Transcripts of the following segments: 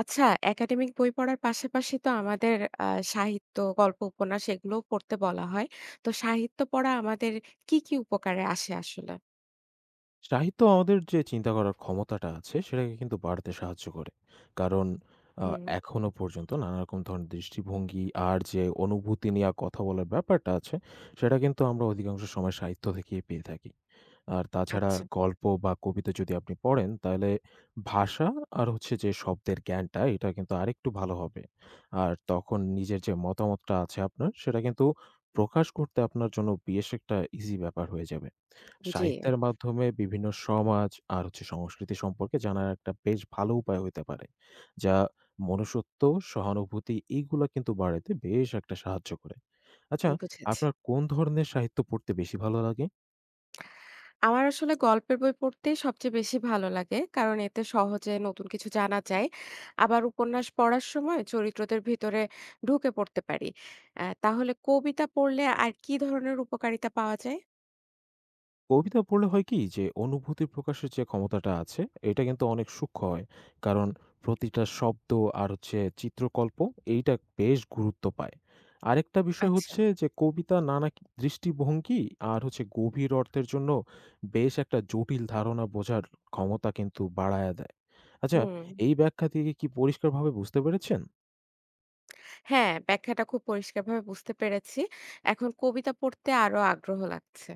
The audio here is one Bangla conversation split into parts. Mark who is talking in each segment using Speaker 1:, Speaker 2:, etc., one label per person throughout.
Speaker 1: আচ্ছা, একাডেমিক বই পড়ার পাশাপাশি তো আমাদের আ সাহিত্য, গল্প, উপন্যাস এগুলোও পড়তে বলা হয়। তো সাহিত্য পড়া আমাদের কি উপকারে আসে আসলে?
Speaker 2: সাহিত্য আমাদের যে চিন্তা করার ক্ষমতাটা আছে সেটাকে কিন্তু বাড়াতে সাহায্য করে। কারণ আ
Speaker 1: হুম।
Speaker 2: এখনো পর্যন্ত নানা রকম ধরনের দৃষ্টিভঙ্গি আর যে অনুভূতি নিয়ে কথা বলার ব্যাপারটা আছে সেটা কিন্তু আমরা অধিকাংশ সময় সাহিত্য থেকেই পেয়ে থাকি। আর তাছাড়া
Speaker 1: আচ্ছা,
Speaker 2: গল্প বা কবিতা যদি আপনি পড়েন তাহলে ভাষা আর হচ্ছে যে শব্দের জ্ঞানটা এটা কিন্তু আরেকটু ভালো হবে। আর তখন নিজের যে মতামতটা আছে আপনার সেটা কিন্তু প্রকাশ করতে আপনার জন্য বেশ একটা ইজি ব্যাপার হয়ে যাবে।
Speaker 1: জি,
Speaker 2: সাহিত্যের মাধ্যমে বিভিন্ন সমাজ আর হচ্ছে সংস্কৃতি সম্পর্কে জানার একটা বেশ ভালো উপায় হইতে পারে। যা মনুষ্যত্ব, সহানুভূতি এইগুলা কিন্তু বাড়াইতে বেশ একটা সাহায্য করে। আচ্ছা,
Speaker 1: বুঝেছি।
Speaker 2: আপনার কোন ধরনের সাহিত্য পড়তে বেশি ভালো লাগে?
Speaker 1: আমার আসলে গল্পের বই পড়তেই সবচেয়ে বেশি ভালো লাগে। কারণ এতে সহজে নতুন কিছু জানা যায়। আবার উপন্যাস পড়ার সময় চরিত্রদের ভিতরে ঢুকে পড়তে পারি। তাহলে কবিতা পড়লে আর কি ধরনের উপকারিতা পাওয়া যায়?
Speaker 2: কবিতা পড়লে হয় কি যে অনুভূতি প্রকাশের যে ক্ষমতাটা আছে এটা কিন্তু অনেক সূক্ষ্ম হয়। কারণ প্রতিটা শব্দ আর হচ্ছে চিত্রকল্প এইটা বেশ গুরুত্ব পায়। আরেকটা বিষয়
Speaker 1: আচ্ছা,
Speaker 2: হচ্ছে যে কবিতা নানা দৃষ্টিভঙ্গি আর হচ্ছে গভীর অর্থের জন্য বেশ একটা জটিল ধারণা বোঝার ক্ষমতা কিন্তু বাড়ায়া দেয়। আচ্ছা,
Speaker 1: হুম।
Speaker 2: এই ব্যাখ্যা থেকে কি পরিষ্কারভাবে বুঝতে পেরেছেন?
Speaker 1: হ্যাঁ, ব্যাখ্যাটা খুব পরিষ্কারভাবে বুঝতে পেরেছি। এখন কবিতা পড়তে আরো আগ্রহ লাগছে।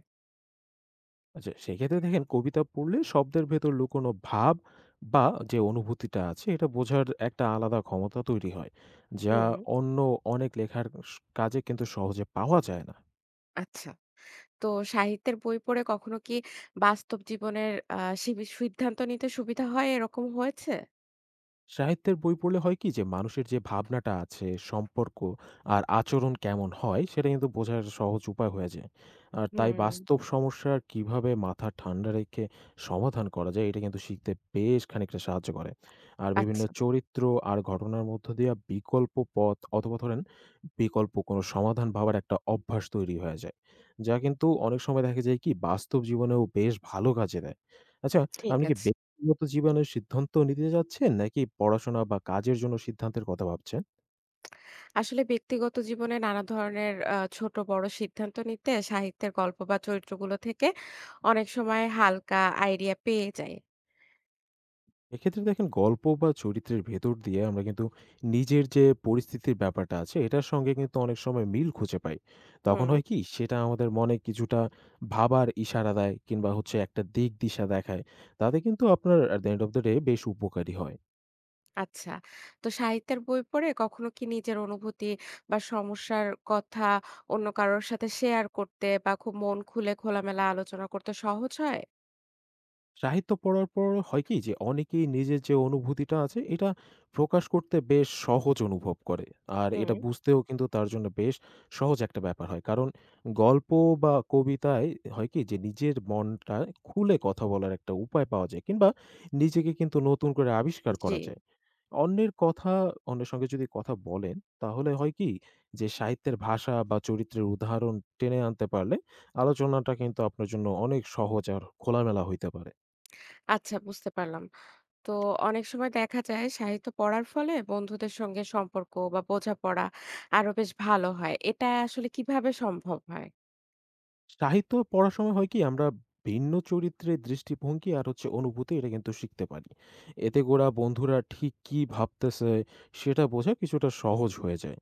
Speaker 2: আচ্ছা, সেক্ষেত্রে দেখেন কবিতা পড়লে শব্দের ভেতর লুকোনো ভাব বা যে অনুভূতিটা আছে এটা বোঝার একটা আলাদা ক্ষমতা তৈরি হয়, যা
Speaker 1: হুম,
Speaker 2: অন্য অনেক লেখার কাজে কিন্তু সহজে পাওয়া যায় না।
Speaker 1: আচ্ছা। তো সাহিত্যের বই পড়ে কখনো কি বাস্তব জীবনের সিবি সিদ্ধান্ত নিতে সুবিধা হয় এরকম হয়েছে?
Speaker 2: সাহিত্যের বই পড়লে হয় কি যে মানুষের যে ভাবনাটা আছে, সম্পর্ক আর আচরণ কেমন হয় সেটা কিন্তু বোঝার সহজ উপায় হয়ে যায়। আর তাই
Speaker 1: হুম,
Speaker 2: বাস্তব সমস্যার কিভাবে মাথা ঠান্ডা রেখে সমাধান করা যায় এটা কিন্তু শিখতে বেশ খানিকটা সাহায্য করে। আর বিভিন্ন
Speaker 1: আচ্ছা,
Speaker 2: চরিত্র আর ঘটনার মধ্য দিয়া বিকল্প পথ অথবা ধরেন বিকল্প কোনো সমাধান ভাবার একটা অভ্যাস তৈরি হয়ে যায়। যা কিন্তু অনেক সময় দেখা যায় কি বাস্তব জীবনেও বেশ ভালো কাজে দেয়। আচ্ছা,
Speaker 1: ঠিক
Speaker 2: আপনি কি
Speaker 1: আছে।
Speaker 2: ব্যক্তিগত জীবনের সিদ্ধান্ত নিতে যাচ্ছেন নাকি পড়াশোনা বা কাজের জন্য সিদ্ধান্তের কথা ভাবছেন?
Speaker 1: আসলে ব্যক্তিগত জীবনে নানা ধরনের ছোট বড় সিদ্ধান্ত নিতে সাহিত্যের গল্প বা চরিত্রগুলো থেকে অনেক সময় হালকা আইডিয়া পেয়ে যাই।
Speaker 2: এক্ষেত্রে দেখেন গল্প বা চরিত্রের ভেতর দিয়ে আমরা কিন্তু নিজের যে পরিস্থিতির ব্যাপারটা আছে এটার সঙ্গে কিন্তু অনেক সময় মিল খুঁজে পাই। তখন
Speaker 1: হুম।
Speaker 2: হয় কি সেটা আমাদের মনে কিছুটা ভাবার ইশারা দেয় কিংবা হচ্ছে একটা দিক দিশা দেখায়। তাতে কিন্তু আপনার at the end of the day বেশ উপকারী হয়।
Speaker 1: আচ্ছা। তো সাহিত্যের বই পড়ে কখনো কি নিজের অনুভূতি বা সমস্যার কথা অন্য কারোর সাথে শেয়ার করতে বা খুব মন খুলে খোলামেলা আলোচনা করতে সহজ হয়?
Speaker 2: সাহিত্য পড়ার পর হয় কি যে অনেকেই নিজের যে অনুভূতিটা আছে এটা প্রকাশ করতে বেশ সহজ অনুভব করে। আর এটা
Speaker 1: হুম।
Speaker 2: বুঝতেও কিন্তু তার জন্য বেশ সহজ একটা ব্যাপার হয়। কারণ গল্প বা কবিতায় হয় কি যে নিজের মনটা খুলে কথা বলার একটা উপায় পাওয়া যায় কিংবা নিজেকে কিন্তু নতুন করে আবিষ্কার
Speaker 1: জি।
Speaker 2: করা যায়। অন্যের কথা অন্যের সঙ্গে যদি কথা বলেন তাহলে হয় কি যে সাহিত্যের ভাষা বা চরিত্রের উদাহরণ টেনে আনতে পারলে আলোচনাটা কিন্তু আপনার জন্য অনেক সহজ আর খোলামেলা হইতে পারে।
Speaker 1: আচ্ছা বুঝতে পারলাম। তো অনেক সময় দেখা যায় সাহিত্য পড়ার ফলে বন্ধুদের সঙ্গে সম্পর্ক বা বোঝাপড়া আরো বেশ ভালো হয়। এটা আসলে কিভাবে সম্ভব হয়?
Speaker 2: সাহিত্য পড়ার সময় হয় কি আমরা ভিন্ন চরিত্রের দৃষ্টিভঙ্গি আর হচ্ছে অনুভূতি এটা কিন্তু শিখতে পারি। এতে গোরা বন্ধুরা ঠিক কী ভাবতেছে সেটা বোঝা কিছুটা সহজ হয়ে যায়।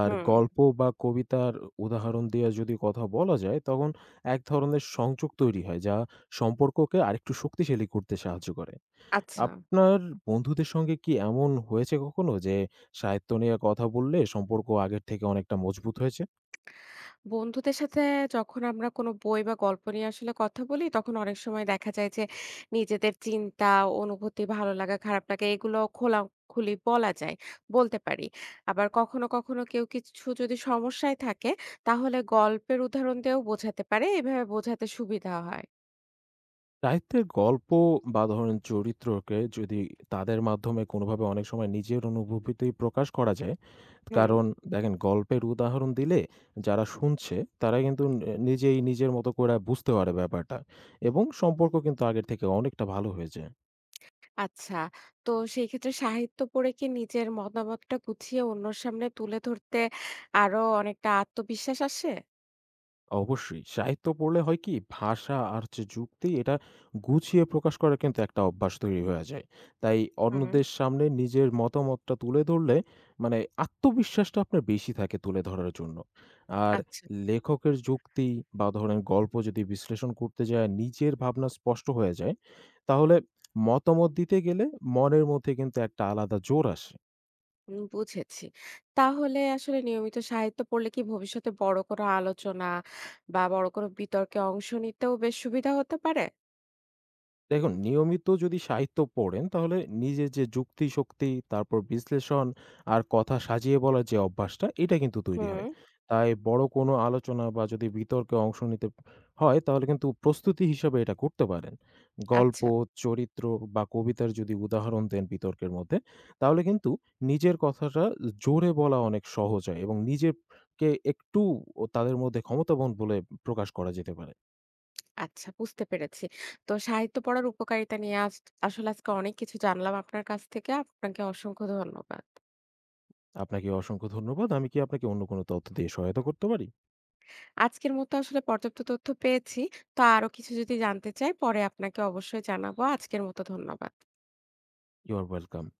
Speaker 2: আর
Speaker 1: হুম।
Speaker 2: গল্প বা কবিতার উদাহরণ দিয়ে যদি কথা বলা যায় তখন এক ধরনের সংযোগ তৈরি হয় যা সম্পর্ককে আরেকটু শক্তিশালী করতে সাহায্য করে।
Speaker 1: আচ্ছা।
Speaker 2: আপনার বন্ধুদের সঙ্গে কি এমন হয়েছে কখনো যে সাহিত্য নিয়ে কথা বললে সম্পর্ক আগের থেকে অনেকটা মজবুত হয়েছে?
Speaker 1: বন্ধুদের সাথে যখন আমরা কোনো বই বা গল্প নিয়ে আসলে কথা বলি তখন অনেক সময় দেখা যায় যে নিজেদের চিন্তা, অনুভূতি, ভালো লাগা, খারাপ লাগা এগুলো খোলাখুলি বলা যায়, বলতে পারি। আবার কখনো কখনো কেউ কিছু যদি সমস্যায় থাকে তাহলে গল্পের উদাহরণ দিয়েও বোঝাতে পারে, এভাবে বোঝাতে সুবিধা হয়।
Speaker 2: সাহিত্যের গল্প বা ধরেন চরিত্রকে যদি তাদের মাধ্যমে কোনোভাবে অনেক সময় নিজের অনুভূতি প্রকাশ করা যায়।
Speaker 1: হুম।
Speaker 2: কারণ দেখেন গল্পের উদাহরণ দিলে যারা শুনছে তারা কিন্তু নিজেই নিজের মতো করে বুঝতে পারে ব্যাপারটা এবং সম্পর্ক কিন্তু আগের থেকে অনেকটা ভালো হয়ে যায়।
Speaker 1: আচ্ছা, তো সেই ক্ষেত্রে সাহিত্য পড়ে কি নিজের মতামতটা গুছিয়ে অন্যর সামনে তুলে ধরতে আরো অনেকটা আত্মবিশ্বাস আসে?
Speaker 2: অবশ্যই। সাহিত্য পড়লে হয় কি ভাষা আর যে যুক্তি এটা গুছিয়ে প্রকাশ করার কিন্তু একটা অভ্যাস তৈরি হয়ে যায়। তাই
Speaker 1: হুম।
Speaker 2: অন্যদের সামনে নিজের মতামতটা তুলে ধরলে মানে আত্মবিশ্বাসটা আপনার বেশি থাকে তুলে ধরার জন্য। আর
Speaker 1: আচ্ছা।
Speaker 2: লেখকের যুক্তি বা ধরেন গল্প যদি বিশ্লেষণ করতে যায় নিজের ভাবনা স্পষ্ট হয়ে যায়, তাহলে মতামত দিতে গেলে মনের মধ্যে কিন্তু একটা আলাদা জোর আসে।
Speaker 1: বুঝেছি। তাহলে আসলে নিয়মিত সাহিত্য পড়লে কি ভবিষ্যতে বড় কোনো আলোচনা বা বড় কোনো বিতর্কে অংশ নিতেও বেশ সুবিধা হতে পারে?
Speaker 2: দেখুন নিয়মিত যদি সাহিত্য পড়েন তাহলে নিজের যে যুক্তি শক্তি তারপর বিশ্লেষণ আর কথা সাজিয়ে বলার যে অভ্যাসটা এটা কিন্তু তৈরি
Speaker 1: হুম।
Speaker 2: হয়। তাই বড় কোনো আলোচনা বা যদি বিতর্কে অংশ নিতে হয় তাহলে কিন্তু প্রস্তুতি হিসাবে এটা করতে পারেন। গল্প,
Speaker 1: আচ্ছা,
Speaker 2: চরিত্র বা কবিতার যদি উদাহরণ দেন বিতর্কের মধ্যে তাহলে কিন্তু নিজের কথাটা জোরে বলা অনেক সহজ হয় এবং নিজেরকে একটু তাদের মধ্যে ক্ষমতাবান বলে প্রকাশ করা যেতে পারে।
Speaker 1: আচ্ছা, বুঝতে পেরেছি। তো সাহিত্য পড়ার উপকারিতা নিয়ে আজ আসলে আজকে অনেক কিছু জানলাম আপনার কাছ থেকে। আপনাকে অসংখ্য ধন্যবাদ।
Speaker 2: আপনাকে অসংখ্য ধন্যবাদ। আমি কি আপনাকে অন্য কোনো তথ্য দিয়ে সহায়তা করতে পারি?
Speaker 1: আজকের মতো আসলে পর্যাপ্ত তথ্য পেয়েছি। তো আরো কিছু যদি জানতে চাই পরে আপনাকে অবশ্যই জানাবো। আজকের মতো ধন্যবাদ।
Speaker 2: You are welcome.